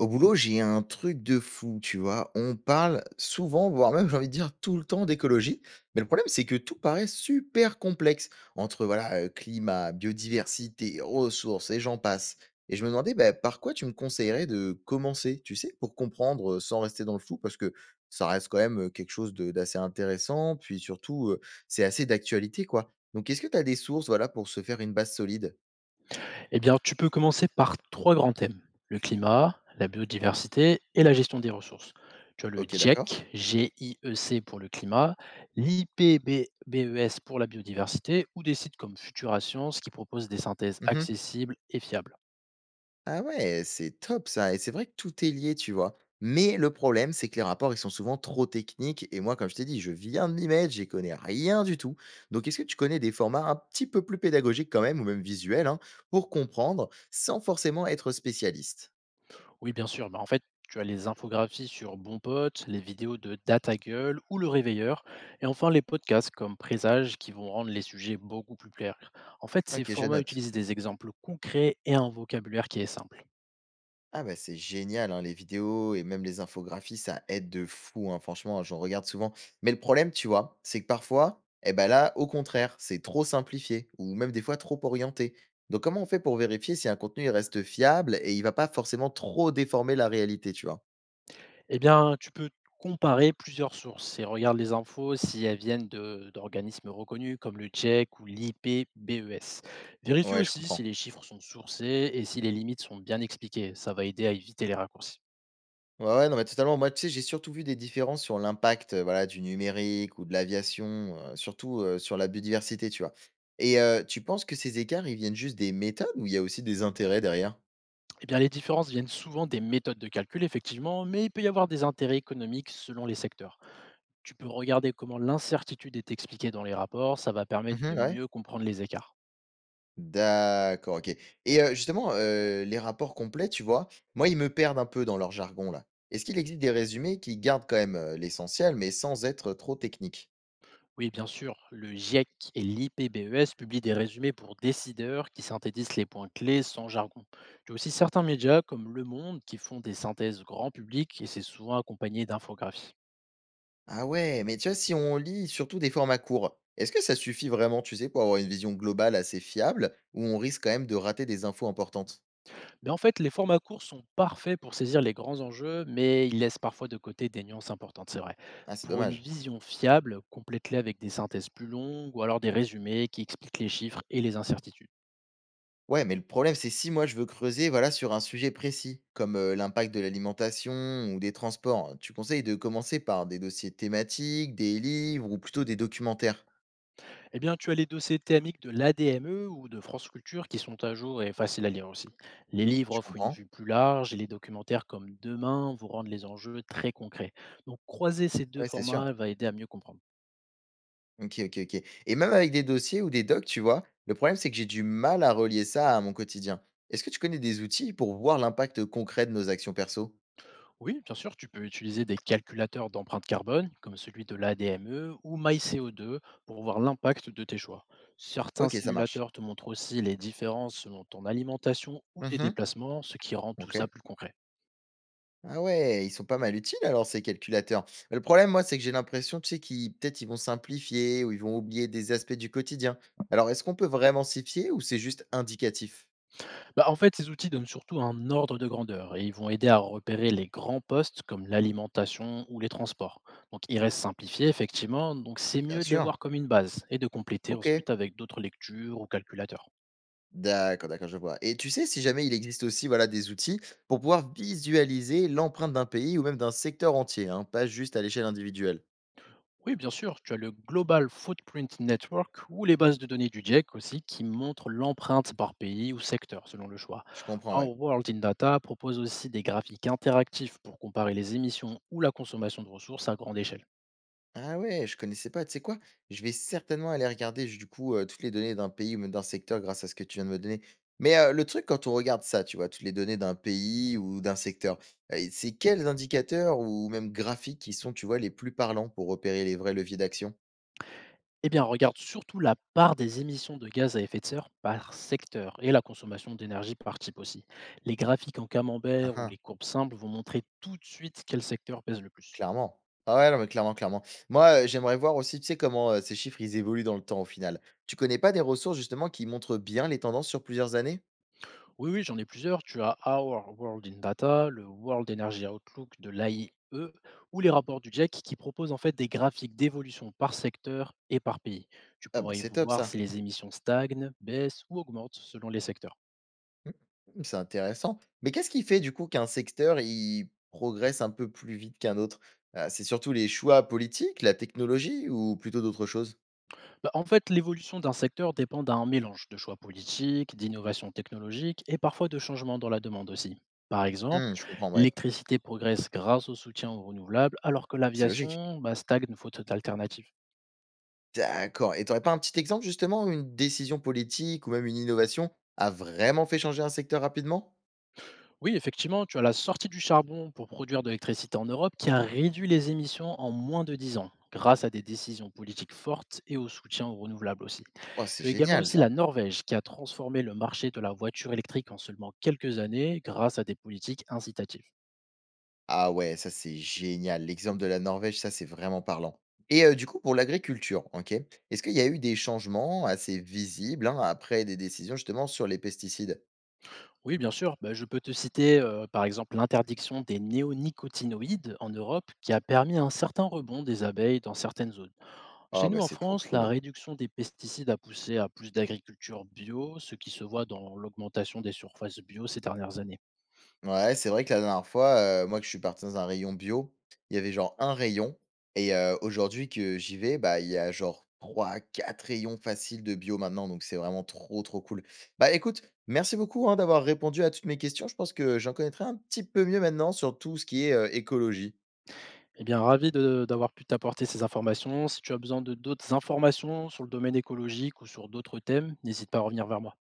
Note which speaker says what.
Speaker 1: Au boulot, j'ai un truc de fou, tu vois. On parle souvent, voire même, j'ai envie de dire tout le temps d'écologie. Mais le problème, c'est que tout paraît super complexe entre voilà, climat, biodiversité, ressources et j'en passe. Et je me demandais, bah, par quoi tu me conseillerais de commencer, tu sais, pour comprendre sans rester dans le flou, parce que ça reste quand même quelque chose d'assez intéressant. Puis surtout, c'est assez d'actualité, quoi. Donc, est-ce que tu as des sources voilà, pour se faire une base solide.
Speaker 2: Eh bien, tu peux commencer par trois grands thèmes, le climat, la biodiversité et la gestion des ressources. Tu as le
Speaker 1: Ok, d'accord.
Speaker 2: GIEC, G-I-E-C pour le climat, l'IPBES pour la biodiversité ou des sites comme Futura Science qui proposent des synthèses accessibles et fiables.
Speaker 1: Ah ouais, c'est top ça et c'est vrai que tout est lié, tu vois? Mais le problème, c'est que les rapports, ils sont souvent trop techniques et moi, comme je t'ai dit, je viens de m'y j'y connais rien du tout. Donc, est-ce que tu connais des formats un petit peu plus pédagogiques quand même, ou même visuels, hein, pour comprendre sans forcément être spécialiste?
Speaker 2: Oui, bien sûr, en fait, tu as les infographies sur Bon Pote, les vidéos de Data Gueule ou Le Réveilleur, et enfin les podcasts comme Présage qui vont rendre les sujets beaucoup plus clairs. En fait, ces
Speaker 1: Ok, je
Speaker 2: formats
Speaker 1: note.
Speaker 2: utilisent des exemples concrets et un vocabulaire qui est simple.
Speaker 1: Ah bah, c'est génial, hein, les vidéos et même les infographies, ça aide de fou, hein, franchement, j'en regarde souvent. Mais le problème, tu vois, c'est que parfois, eh ben là, au contraire, c'est trop simplifié ou même des fois trop orienté. Donc comment on fait pour vérifier si un contenu il reste fiable et il va pas forcément trop déformer la réalité, tu vois?
Speaker 2: Eh bien, tu peux comparer plusieurs sources et regarde les infos si elles viennent d'organismes reconnus comme le GIEC ou l'IPBES. Vérifie
Speaker 1: Ouais, je
Speaker 2: aussi
Speaker 1: comprends.
Speaker 2: si les chiffres sont sourcés et si les limites sont bien expliquées. Ça va aider à éviter les raccourcis.
Speaker 1: Ouais, ouais, non, mais totalement. Moi, tu sais, j'ai surtout vu des différences sur l'impact, voilà, du numérique ou de l'aviation, surtout sur la biodiversité, tu vois. Et tu penses que ces écarts, ils viennent juste des méthodes ou il y a aussi des intérêts derrière?
Speaker 2: Eh bien, les différences viennent souvent des méthodes de calcul, effectivement, mais il peut y avoir des intérêts économiques selon les secteurs. Tu peux regarder comment l'incertitude est expliquée dans les rapports, ça va permettre de
Speaker 1: Mmh ouais.
Speaker 2: mieux comprendre les écarts.
Speaker 1: D'accord, OK et justement, les rapports complets, tu vois? Moi, ils me perdent un peu dans leur jargon, là. Est-ce qu'il existe des résumés qui gardent quand même, l'essentiel, mais sans être trop technique.
Speaker 2: Oui, bien sûr, le GIEC et l'IPBES publient des résumés pour décideurs qui synthétisent les points clés sans jargon. Il y a aussi certains médias comme Le Monde qui font des synthèses grand public et c'est souvent accompagné d'infographies.
Speaker 1: Ah ouais, mais tu vois, si on lit surtout des formats courts, est-ce que ça suffit vraiment, tu sais, pour avoir une vision globale assez fiable ou on risque quand même de rater des infos importantes?
Speaker 2: Mais en fait, les formats courts sont parfaits pour saisir les grands enjeux, mais ils laissent parfois de côté des nuances importantes, c'est vrai.
Speaker 1: Ah, c'est
Speaker 2: Pour une
Speaker 1: dommage.
Speaker 2: vision fiable, complète-les avec des synthèses plus longues ou alors des résumés qui expliquent les chiffres et les incertitudes.
Speaker 1: Ouais, mais le problème, c'est si moi je veux creuser, voilà, sur un sujet précis, comme l'impact de l'alimentation ou des transports, tu conseilles de commencer par des dossiers thématiques, des livres ou plutôt des documentaires.
Speaker 2: Eh bien, tu as les dossiers thémiques de l'ADME ou de France Culture qui sont à jour et faciles à lire aussi. Les livres
Speaker 1: Tu
Speaker 2: offrent une
Speaker 1: comprends?
Speaker 2: vue plus large et les documentaires comme Demain vous rendent les enjeux très concrets. Donc, croiser ces deux
Speaker 1: Ouais, c'est sûr.
Speaker 2: formats va aider à mieux comprendre.
Speaker 1: Ok, ok, ok. Et même avec des dossiers ou des docs, tu vois, le problème, c'est que j'ai du mal à relier ça à mon quotidien. Est-ce que tu connais des outils pour voir l'impact concret de nos actions perso?
Speaker 2: Oui, bien sûr, tu peux utiliser des calculateurs d'empreinte carbone comme celui de l'ADME ou MyCO2 pour voir l'impact de tes choix. Certains
Speaker 1: Ok, ça marche.
Speaker 2: simulateurs te montrent aussi les différences selon ton alimentation ou tes
Speaker 1: Mhm,
Speaker 2: déplacements, ce qui rend tout
Speaker 1: ok.
Speaker 2: ça plus concret.
Speaker 1: Ah ouais, ils sont pas mal utiles alors ces calculateurs. Mais le problème, moi, c'est que j'ai l'impression, tu sais, qu'ils peut-être ils vont simplifier ou ils vont oublier des aspects du quotidien. Alors, est-ce qu'on peut vraiment s'y fier ou c'est juste indicatif?
Speaker 2: Bah, en fait, ces outils donnent surtout un ordre de grandeur et ils vont aider à repérer les grands postes comme l'alimentation ou les transports. Donc, ils restent simplifiés, effectivement, donc c'est
Speaker 1: Bien
Speaker 2: mieux de les
Speaker 1: sûr.
Speaker 2: voir comme une base et de compléter
Speaker 1: Ok.
Speaker 2: ensuite avec d'autres lectures ou calculateurs.
Speaker 1: D'accord, d'accord, je vois. Et tu sais, si jamais il existe aussi, voilà, des outils pour pouvoir visualiser l'empreinte d'un pays ou même d'un secteur entier, hein, pas juste à l'échelle individuelle.
Speaker 2: Oui, bien sûr, tu as le Global Footprint Network ou les bases de données du GIEC aussi qui montrent l'empreinte par pays ou secteur selon le choix.
Speaker 1: Je comprends, ouais.
Speaker 2: Our World in Data propose aussi des graphiques interactifs pour comparer les émissions ou la consommation de ressources à grande échelle.
Speaker 1: Ah ouais, je connaissais pas. Tu sais quoi? Je vais certainement aller regarder j du coup, toutes les données d'un pays ou même d'un secteur grâce à ce que tu viens de me donner. Mais, le truc quand on regarde ça, tu vois? Toutes les données d'un pays ou d'un secteur, c'est quels indicateurs ou même graphiques qui sont, tu vois, les plus parlants pour repérer les vrais leviers d'action?
Speaker 2: Eh bien, regarde surtout la part des émissions de gaz à effet de serre par secteur et la consommation d'énergie par type aussi. Les graphiques en
Speaker 1: Hein,
Speaker 2: camembert ou
Speaker 1: hein,
Speaker 2: les courbes simples vont montrer tout de suite quel secteur pèse le plus.
Speaker 1: clairement. Ah ouais, non, mais clairement, clairement. Moi, j'aimerais voir aussi, tu sais, comment, ces chiffres, ils évoluent dans le temps au final. Tu connais pas des ressources justement qui montrent bien les tendances sur plusieurs années?
Speaker 2: Oui, oui, j'en ai plusieurs. Tu as Our World in Data, le World Energy Outlook de l'AIE ou les rapports du GIEC qui proposent en fait des graphiques d'évolution par secteur et par pays. Tu
Speaker 1: Ah bah,
Speaker 2: pourras y
Speaker 1: c'est top
Speaker 2: voir si
Speaker 1: ça.
Speaker 2: les émissions stagnent, baissent ou augmentent selon les secteurs.
Speaker 1: Mmh. Mmh, c'est intéressant. Mais qu'est-ce qui fait, du coup, qu'un secteur, il progresse un peu plus vite qu'un autre? C'est surtout les choix politiques, la technologie ou plutôt d'autres choses?
Speaker 2: Bah, en fait, l'évolution d'un secteur dépend d'un mélange de choix politiques, d'innovations technologiques et parfois de changements dans la demande aussi. Par exemple,
Speaker 1: Mmh, je comprends, ouais,
Speaker 2: l'électricité progresse grâce au soutien aux renouvelables, alors que
Speaker 1: c'est logique.
Speaker 2: l'aviation stagne faute d'alternatives.
Speaker 1: D'accord et tu aurais pas un petit exemple, justement, où une décision politique ou même une innovation a vraiment fait changer un secteur rapidement?
Speaker 2: Oui, effectivement, tu as la sortie du charbon pour produire de l'électricité en Europe qui a réduit les émissions en moins de 10 ans, grâce à des décisions politiques fortes et au soutien aux renouvelables aussi.
Speaker 1: Oh, c'est
Speaker 2: Tu as également
Speaker 1: génial
Speaker 2: aussi
Speaker 1: ça!
Speaker 2: la Norvège qui a transformé le marché de la voiture électrique en seulement quelques années grâce à des politiques incitatives.
Speaker 1: Ah ouais, ça, c'est génial. L'exemple de la Norvège, ça, c'est vraiment parlant et du coup, pour l'agriculture, OK, est-ce qu'il y a eu des changements assez visibles, hein, après des décisions, justement, sur les pesticides?
Speaker 2: Oui, bien sûr. Bah, je peux te citer, par exemple, l'interdiction des néonicotinoïdes en Europe qui a permis un certain rebond des abeilles dans certaines zones. Chez
Speaker 1: Ah
Speaker 2: nous,
Speaker 1: bah,
Speaker 2: en
Speaker 1: c'est trop
Speaker 2: France, la
Speaker 1: cool.
Speaker 2: réduction des pesticides a poussé à plus d'agriculture bio, ce qui se voit dans l'augmentation des surfaces bio ces dernières années.
Speaker 1: Ouais, c'est vrai que la dernière fois, moi que je suis parti dans un rayon bio, il y avait genre un rayon et aujourd'hui que j'y vais, bah, il y a genre 3 ou 4 rayons faciles de bio maintenant, donc c'est vraiment trop, trop cool. Bah, écoute, merci beaucoup, hein, d'avoir répondu à toutes mes questions. Je pense que j'en connaîtrai un petit peu mieux maintenant sur tout ce qui est, écologie.
Speaker 2: Eh bien, ravi de d'avoir pu t'apporter ces informations. Si tu as besoin de d'autres informations sur le domaine écologique ou sur d'autres thèmes, n'hésite pas à revenir vers moi.